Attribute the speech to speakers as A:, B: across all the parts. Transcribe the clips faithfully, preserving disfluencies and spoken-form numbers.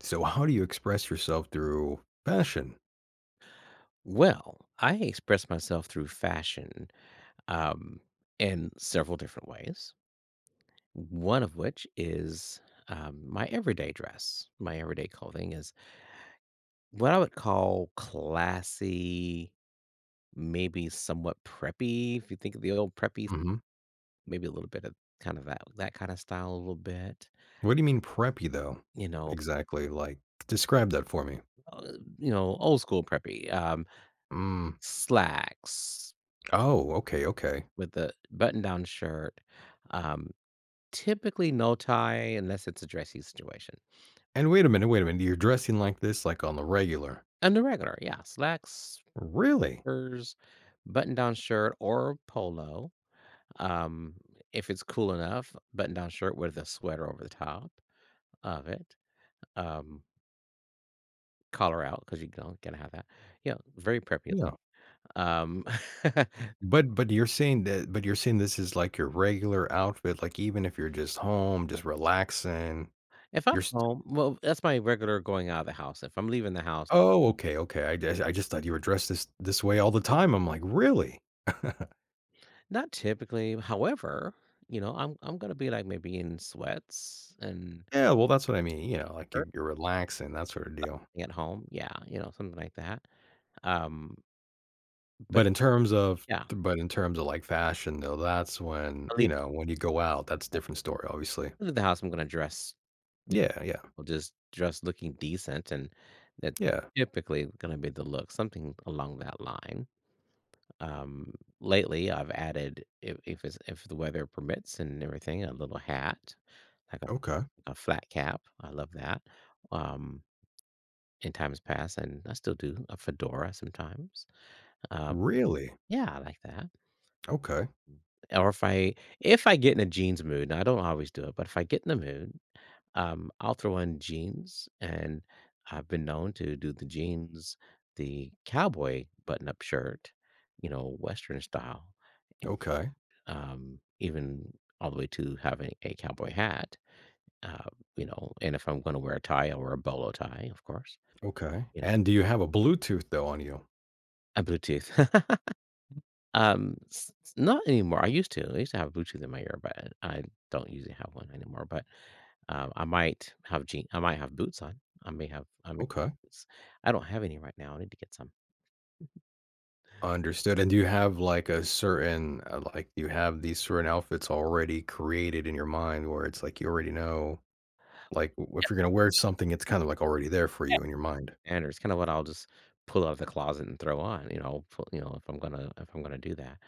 A: So, how do you express yourself through fashion?
B: Well, I express myself through fashion um, in several different ways. One of which is um, my everyday dress. My everyday clothing is what I would call classy, maybe somewhat preppy. If you think of the old preppy,
A: Hmm.
B: maybe a little bit of kind of that that kind of style, a little bit.
A: What do you mean preppy though?
B: You know,
A: Exactly. Like, describe that for me.
B: uh, you know, old school preppy um,
A: Mm.
B: slacks
A: Oh, okay, okay.
B: with the button down shirt. Um, Typically, no tie unless it's a dressy situation.
A: And wait a minute, wait a minute. You're dressing like this, like on the regular.
B: And the regular, yeah, slacks,
A: Really?
B: spurs, button-down shirt or polo. Um, if it's cool enough, button-down shirt with a sweater over the top of it. Um, Collar out because you don't going to have that. Yeah, very preppy.
A: Yeah.
B: Um,
A: But but you're saying that but you're saying this is like your regular outfit, like even if you're just home, just relaxing.
B: if I'm
A: You're st-
B: home, well, that's my regular going out of the house. If I'm leaving the house,
A: oh, okay, okay. I just I just thought you were dressed this this way all the time. I'm like, really?
B: not typically. However, you know, I'm I'm gonna be like maybe in sweats and
A: Yeah, well that's what I mean. You know, like you're, you're relaxing, that sort of deal.
B: thing at home. Yeah, you know, something like that. Um, but
A: But in terms of
B: yeah,
A: but in terms of, like, fashion, though, that's when
B: I leave
A: you know, when you go out, that's a different story, obviously.
B: leave the house, I'm gonna dress, you
A: Yeah, yeah,
B: know, just dress looking decent, and that's
A: yeah.
B: typically gonna be the look, something along that line. Um, Lately, I've added, if if it's, if the weather permits and everything, a little hat, like a,
A: Okay.
B: a flat cap. I love that. Um, in times past, and I still do a fedora sometimes. Um,
A: Really?
B: yeah, I like that.
A: Okay,
B: Or if I if I get in a jeans mood, now I don't always do it, but if I get in the mood, um, I'll throw on jeans, and I've been known to do the jeans, the cowboy button-up shirt, you know, Western style,
A: okay,
B: um, even all the way to having a cowboy hat, uh, you know, and if I'm gonna wear a tie, I'll wear a bolo tie, of course,
A: okay.
B: you know,
A: And do you have a Bluetooth, though, on you?
B: a Bluetooth. Um, s s not anymore, I used to, I used to have Bluetooth in my ear, but I don't usually have one anymore, but, um, I might have je I might have boots on. I may have I may
A: Okay,
B: boots. I don't have any right now, I need to get some.
A: understood. And do you have, like, a certain, uh, like, you have these certain outfits already created in your mind where it's like you already know, like, w
B: Yeah.
A: if you're gonna wear something, it's
B: Yep,
A: kinda, like, already there for you in your mind?
B: standard. It's kind of what I'll just pull out of the closet and throw on, you know, I'll pull, you know, if I'm gonna if I'm gonna do that.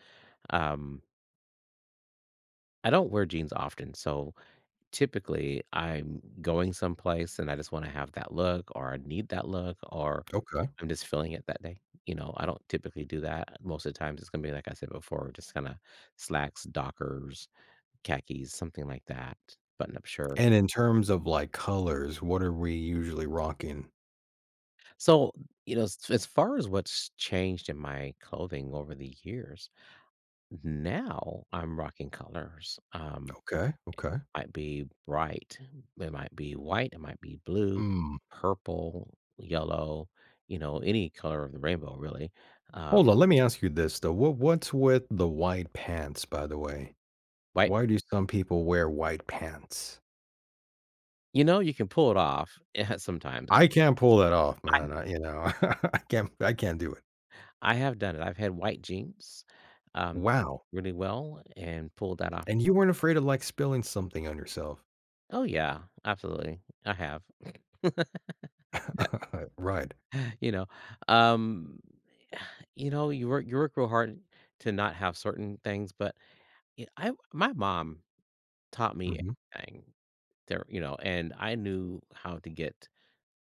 B: Um, I don't wear jeans often, so typically I'm going someplace and I just want to have that look, or I need that look, or
A: Okay.
B: I'm just feeling it that day. You know, I don't typically do that. Most of the times, it's gonna be like I said before, just kind of slacks, dockers, khakis, something like that, button-up shirt.
A: And in terms of, like, colors, what are we usually rocking?
B: So, you know, s- as far as what's changed in my clothing over the years, now I'm rocking colors. Um,
A: Okay, okay.
B: might be bright, it might be white, it might be blue,
A: Hmm.
B: purple, yellow, you know, any color of the rainbow, really. Uh,
A: Hold on, let me ask you this though. What what's with the white pants, by the way?
B: White,
A: Why do some people wear white pants?
B: you know, you can pull it off sometimes.
A: I can't pull that off,
B: I,
A: man. I, you know, I can't I can't do it.
B: I have done it. I've had white jeans um,
A: Wow.
B: really well and pulled that off.
A: And you weren't afraid of like spilling something on yourself.
B: Oh, yeah, absolutely. I have.
A: Right.
B: you know, um, you know, you work you work real hard to not have certain things, but Yeah, I my mom taught me
A: Mhm.
B: everything there, you know, and I knew how to get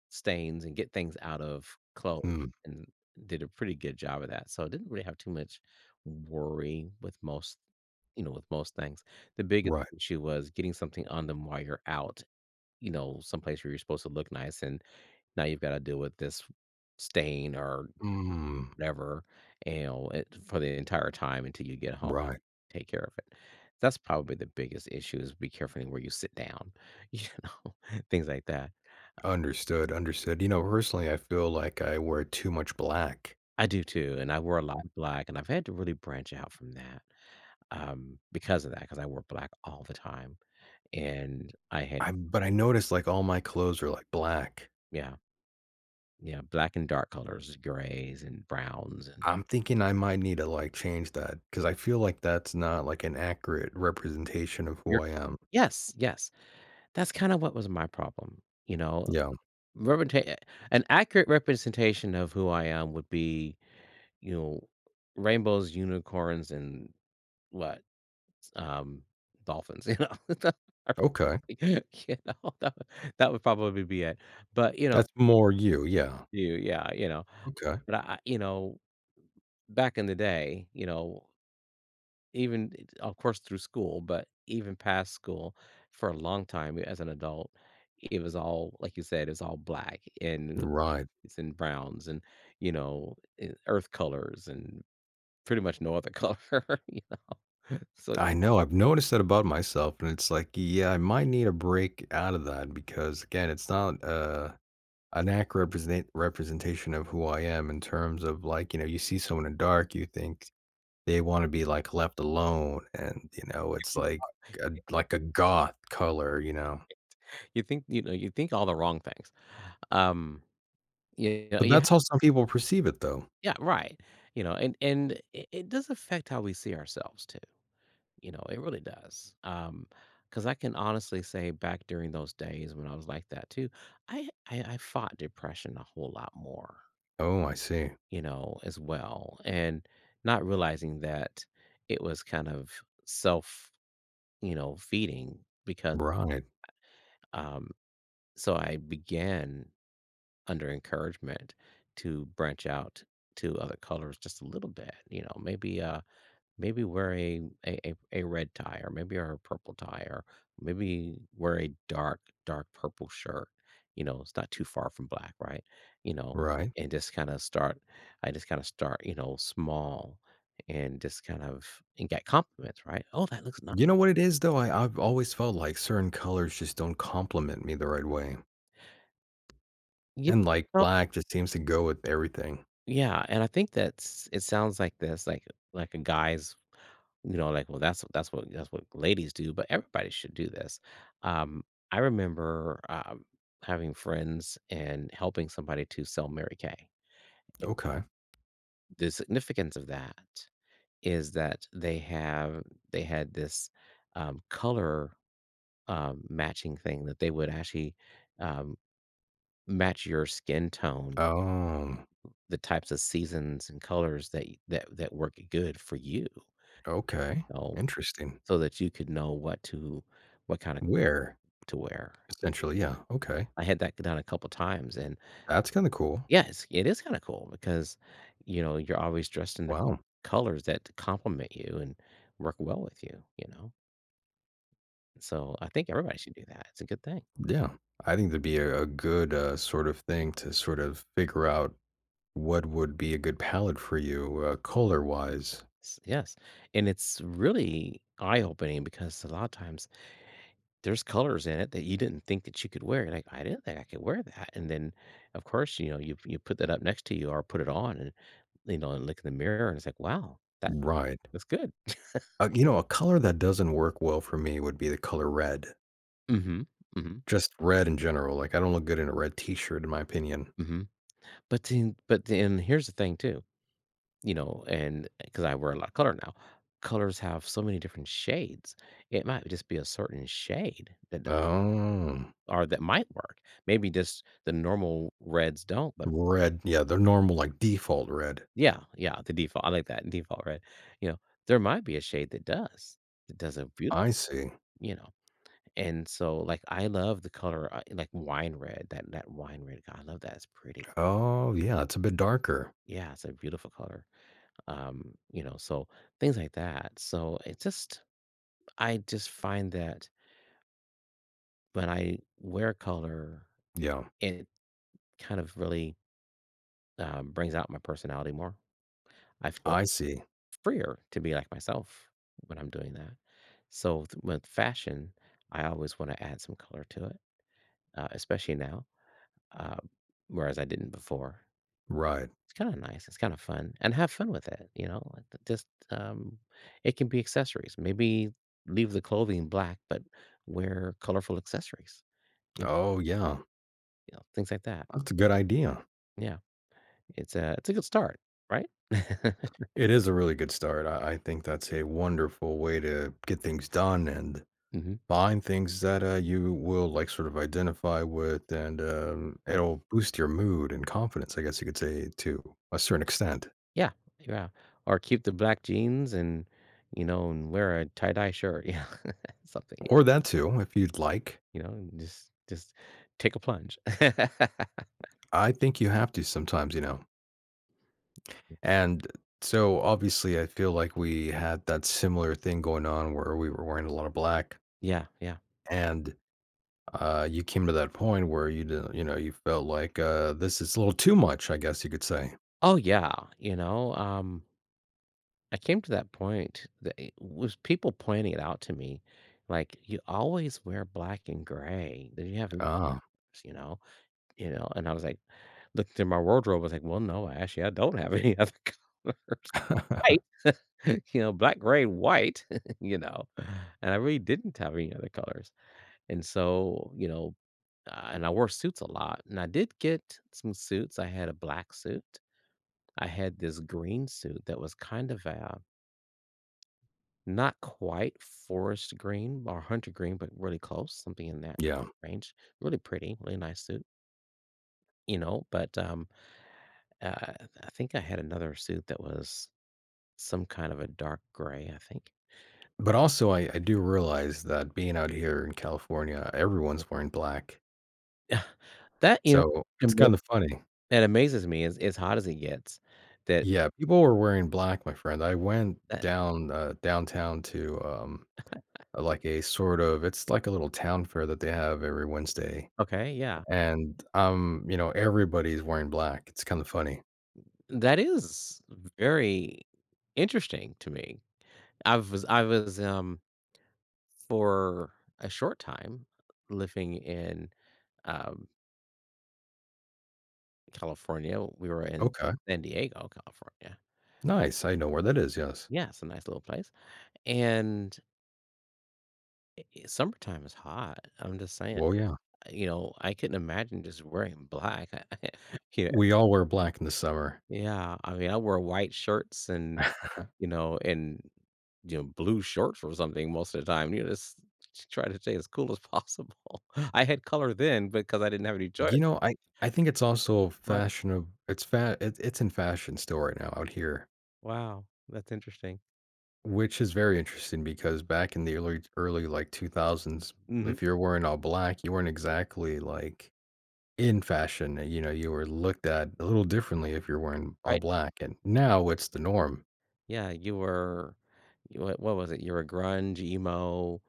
B: stains and get things out of clothes
A: Mm,
B: and did a pretty good job of that. So I didn't really have too much worry with most, you know, with most things. The biggest
A: right.
B: issue was getting something on them while you're out, you know, someplace where you're supposed to look nice and now you've got to deal with this stain or
A: Mm,
B: whatever, you know, it, for the entire time until you get home.
A: right.
B: Take care of it. That's probably the biggest issue is be careful where you sit down, you know, things like that.
A: Understood, understood. You know, personally, I feel like I wear too much black.
B: I do too, and I wear a lot of black, and I've had to really branch out from that, um, because of that, because I wore black all the time, and I had
A: I but I noticed like all my clothes are like black.
B: yeah, yeah, black and dark colors, grays and browns and
A: I'm thinking I might need to, like, change that because I feel like that's not, like, an accurate representation of who
B: your
A: I am.
B: yes, yes. That's kinda what was my problem, you know?
A: Yeah.
B: Representa an accurate representation of who I am would be, you know, rainbows, unicorns, and what? um, dolphins, you know?
A: Okay.
B: You know, that that would probably be it, but, you know
A: That's more you, yeah.
B: you yeah, you know,
A: Okay.
B: but I you know, back in the day, you know, even it of course, through school, but even past school, for a long time as an adult, it was all like you said, it's all black and
A: Right.
B: it's in browns and, you know, eh, earth colors and pretty much no other color, you know, so
A: I know, I've noticed that about myself, and it's like, yeah, I might need a break out of that because, again, it's not, uh, an accurate represent representation of who I am in terms of, like, you know, you see someone in dark, you think they wanna be, like, left alone, and, you know, it's like a like a goth color, you know?
B: you think, you know, you think all the wrong things. Um, you know,
A: But
B: yeah,
A: that's how some people perceive it, though.
B: yeah, right. You know, and and it, it does affect how we see ourselves too. You know, it really does. Um, because I can honestly say, back during those days when I was like that too, I, I I fought depression a whole lot more.
A: Oh, I see.
B: You know, as well, and not realizing that it was kind of self, you know, feeding because
A: Right,
B: um. So I began under encouragement to branch out to other colors just a little bit. You know, maybe uh maybe wear a a, a a red tie or maybe wear a purple tie or maybe wear a dark, dark purple shirt. You know, it's not too far from black, right? You know,
A: right.
B: and just kind of start I just kind of start, you know, small and just kind of and get compliments, right? Oh, that looks nice.
A: You know what it is, though? I I've always felt like certain colors just don't complement me the right way,
B: Yeah.
A: and, like,
B: Oh,
A: black just seems to go with everything.
B: yeah. And I think that's it sounds like this, like like a guy's. You know, like, well, that's that's what that's what ladies do, but everybody should do this. Um, I remember, um, having friends and helping somebody to sell Mary Kay.
A: Okay.
B: The significance of that is that they have they had this, um, color, um, matching thing that they would actually, um, match your skin tone,
A: Oh,
B: the types of seasons and colors that y that that work good for you,
A: okay.
B: you know,
A: Interesting.
B: so that you could know what to what kinda
A: Where?
B: to wear.
A: Essentially, yeah, okay.
B: I had that done a couple times, and
A: That's kinda cool.
B: yeah, it's it is kinda cool because, you know, you're always dressed in the
A: Wow.
B: colors that complement you and work well with you, you know? So, I think everybody should do that, it's a good thing.
A: Yeah. I think that'd be a a good, uh, sort of thing to sort of figure out what would be a good palette for you, uh, color-wise.
B: S yes, and it's really eye-opening because a lot of times there's colors in it that you didn't think that you could wear, you're like, "I didn't think I could wear that," and then, of course, you know, you you put that up next to you or put it on and, you know, and look in the mirror and it's like, "Wow, that
A: Right.
B: that's good."
A: Uh, you know, a color that doesn't work well for me would be the color red.
B: Mhm, mhm,
A: Just red in general, like, I don't look good in a red t-shirt in my opinion.
B: mhm. But then but then here's the thing too, you know, and because I wear a lot of color now, colors have so many different shades. It might just be a certain shade that d
A: Oh,
B: or that might work. Maybe just the normal reds don't, but
A: red, yeah, the normal, like, default red.
B: yeah, yeah, the default. I like that default red. You know, there might be a shade that does. It does a beautiful,
A: I see.
B: you know, and so, like, I love the color, uh, like wine red, that that wine red, I love that. It's pretty.
A: Oh, yeah, it's a bit darker.
B: Yeah, it's a beautiful color. Um, you know, so things like that. So it just, I just find that when I wear color,
A: Yeah,
B: it kind of really um, brings out my personality more. I feel
A: I see.
B: freer to be like myself when I'm doing that. So th- with fashion, I always want to add some color to it, uh, especially now, uh, whereas I didn't before.
A: Right.
B: It's kinda nice, it's kinda fun, and have fun with it, you know? Like, th just, um, it can be accessories. Maybe leave the clothing black, but wear colorful accessories, you
A: Oh, yeah,
B: know, things like that.
A: that's a good idea.
B: Yeah, it's a it's a good start, right?
A: It is a really good start. I I think that's a wonderful way to get things done and
B: Mhm,
A: find things that, uh, you will, like, sort of identify with, and, um,
B: right.
A: it'll boost your mood and confidence, I guess you could say, to a certain extent.
B: Yeah, yeah, or keep the black jeans and, you know, and wear a tie-dye shirt. Yeah, something,
A: Or that too, if you'd like.
B: you know, and just just take a plunge.
A: I think you have to sometimes, you know? And so, obviously, I feel like we had that similar thing going on where we were wearing a lot of black,
B: Yeah, yeah.
A: and, uh, you came to that point where you didn't you know, you felt like, uh, "This is a little too much," I guess you could say.
B: Oh, yeah, you know, um I came to that point that it was people pointing it out to me, like, "You always wear black and gray. Then you have,
A: Ah.
B: you know, you know." And I was like, looked through my wardrobe. I was like, "Well, no, actually, I don't have any other color. White, you know, black, gray, white, you know." And I really didn't have any other colors. And so, you know, uh, and I wore suits a lot. And I did get some suits. I had a black suit. I had this green suit that was kind of a not quite forest green or hunter green, but really close, something in that
A: Yeah.
B: range. Really pretty, really nice suit, you know, but, um, uh, I think I had another suit that was some kind of a dark gray, I think.
A: But also, I I do realize that being out here in California, everyone's wearing black.
B: That, you know,
A: So, it's
B: ama
A: kinda funny.
B: that amazes me, as as hot as it gets, that
A: Yeah, people were wearing black, my friend. I went
B: that
A: down, uh, downtown to, um, uh, like a sort of it's like a little town fair that they have every Wednesday,
B: okay, yeah.
A: and, um, you know, everybody's wearing black. It's kinda funny.
B: That is very interesting to me. I was I was, um, for a short time living in, um California. We were in
A: Okay.
B: San Diego, California.
A: Nice. I know where that is, yes.
B: Yeah, it's a nice little place. And i- i- summertime is hot. I'm just saying,
A: Well,
B: uh,
A: yeah.
B: you know, I couldn't imagine just wearing black. yeah,
A: We all wear black in the summer.
B: yeah. I mean, I wear white shirts and you know, and you know, blue shorts or something most of the time. You know, just try to stay as cool as possible. I had color then because I didn't have any choice.
A: You know, I I think it's also
B: But
A: fashionable. It's fa- it, it's in fashion still right now out here,
B: wow, that's interesting.
A: which is very interesting because back in the early early like two thousands,
B: hmm
A: if you're wearing all black, you weren't exactly like in fashion. You know, you were looked at a little differently if you're wearing all black, and now it's the norm.
B: Yeah, you were you what what was it? You were grunge, emo,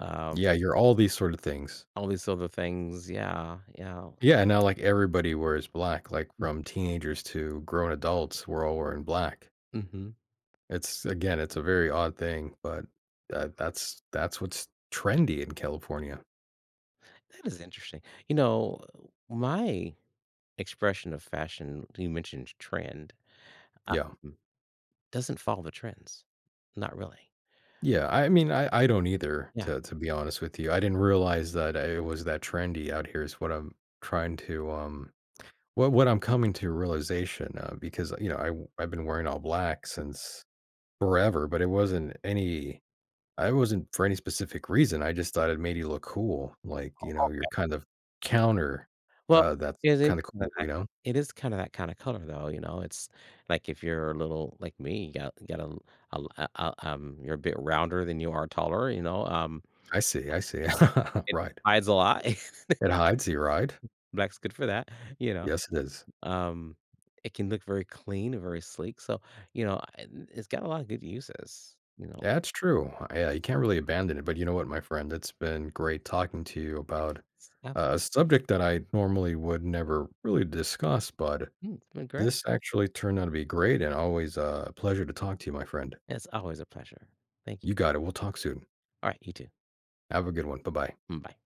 B: um,
A: Yeah, you're all these sort of things.
B: all these other things. Yeah, yeah.
A: Yeah, now like everybody wears black, like
B: Mm,
A: from teenagers to grown adults, we're all wearing black.
B: mhm.
A: It's again, it's a very odd thing, but that that's that's what's trendy in California.
B: That is interesting. You know, my expression of fashion, you mentioned trend,
A: Yeah.
B: um, doesn't follow the trends. Not really.
A: Yeah, I mean, I I don't either,
B: Yeah.
A: to to be honest with you. I didn't realize that it was that trendy out here is what I'm trying to, um what what I'm coming to realization, uh, because, you know, I w I've been wearing all black since forever, but it wasn't any I wasn't for any specific reason, I just thought it made you look cool, like, you know, you're kind of counter,
B: Well,
A: uh, that's
B: it is
A: kinda
B: kinda
A: cool, you
B: that
A: know?
B: it is kinda that kinda color though, you know? It's like if you're a little like me, you got you got a l a l a a um, you're a bit rounder than you are taller, you know? Um
A: I see, I see.
B: It
A: Right.
B: hides a lot.
A: It hides you, right?
B: Black's good for that, you know?
A: Yes, it is.
B: Um, it can look very clean, very sleek, so, you know, I n it's got a lot of good uses, you know?
A: That's true. Yeah, you can't really abandon it, but you know what, my friend? It's been great talking to you about
B: It's ab
A: uh, a subject that I normally would never really discuss, but
B: mm, it's been great.
A: this actually turned out to be great and always uh, a pleasure to talk to you, my friend.
B: It's always a pleasure. Thank you.
A: You got it. We'll talk soon.
B: Alright, you too.
A: Have a good one. Bye-bye.
B: Mm, bye.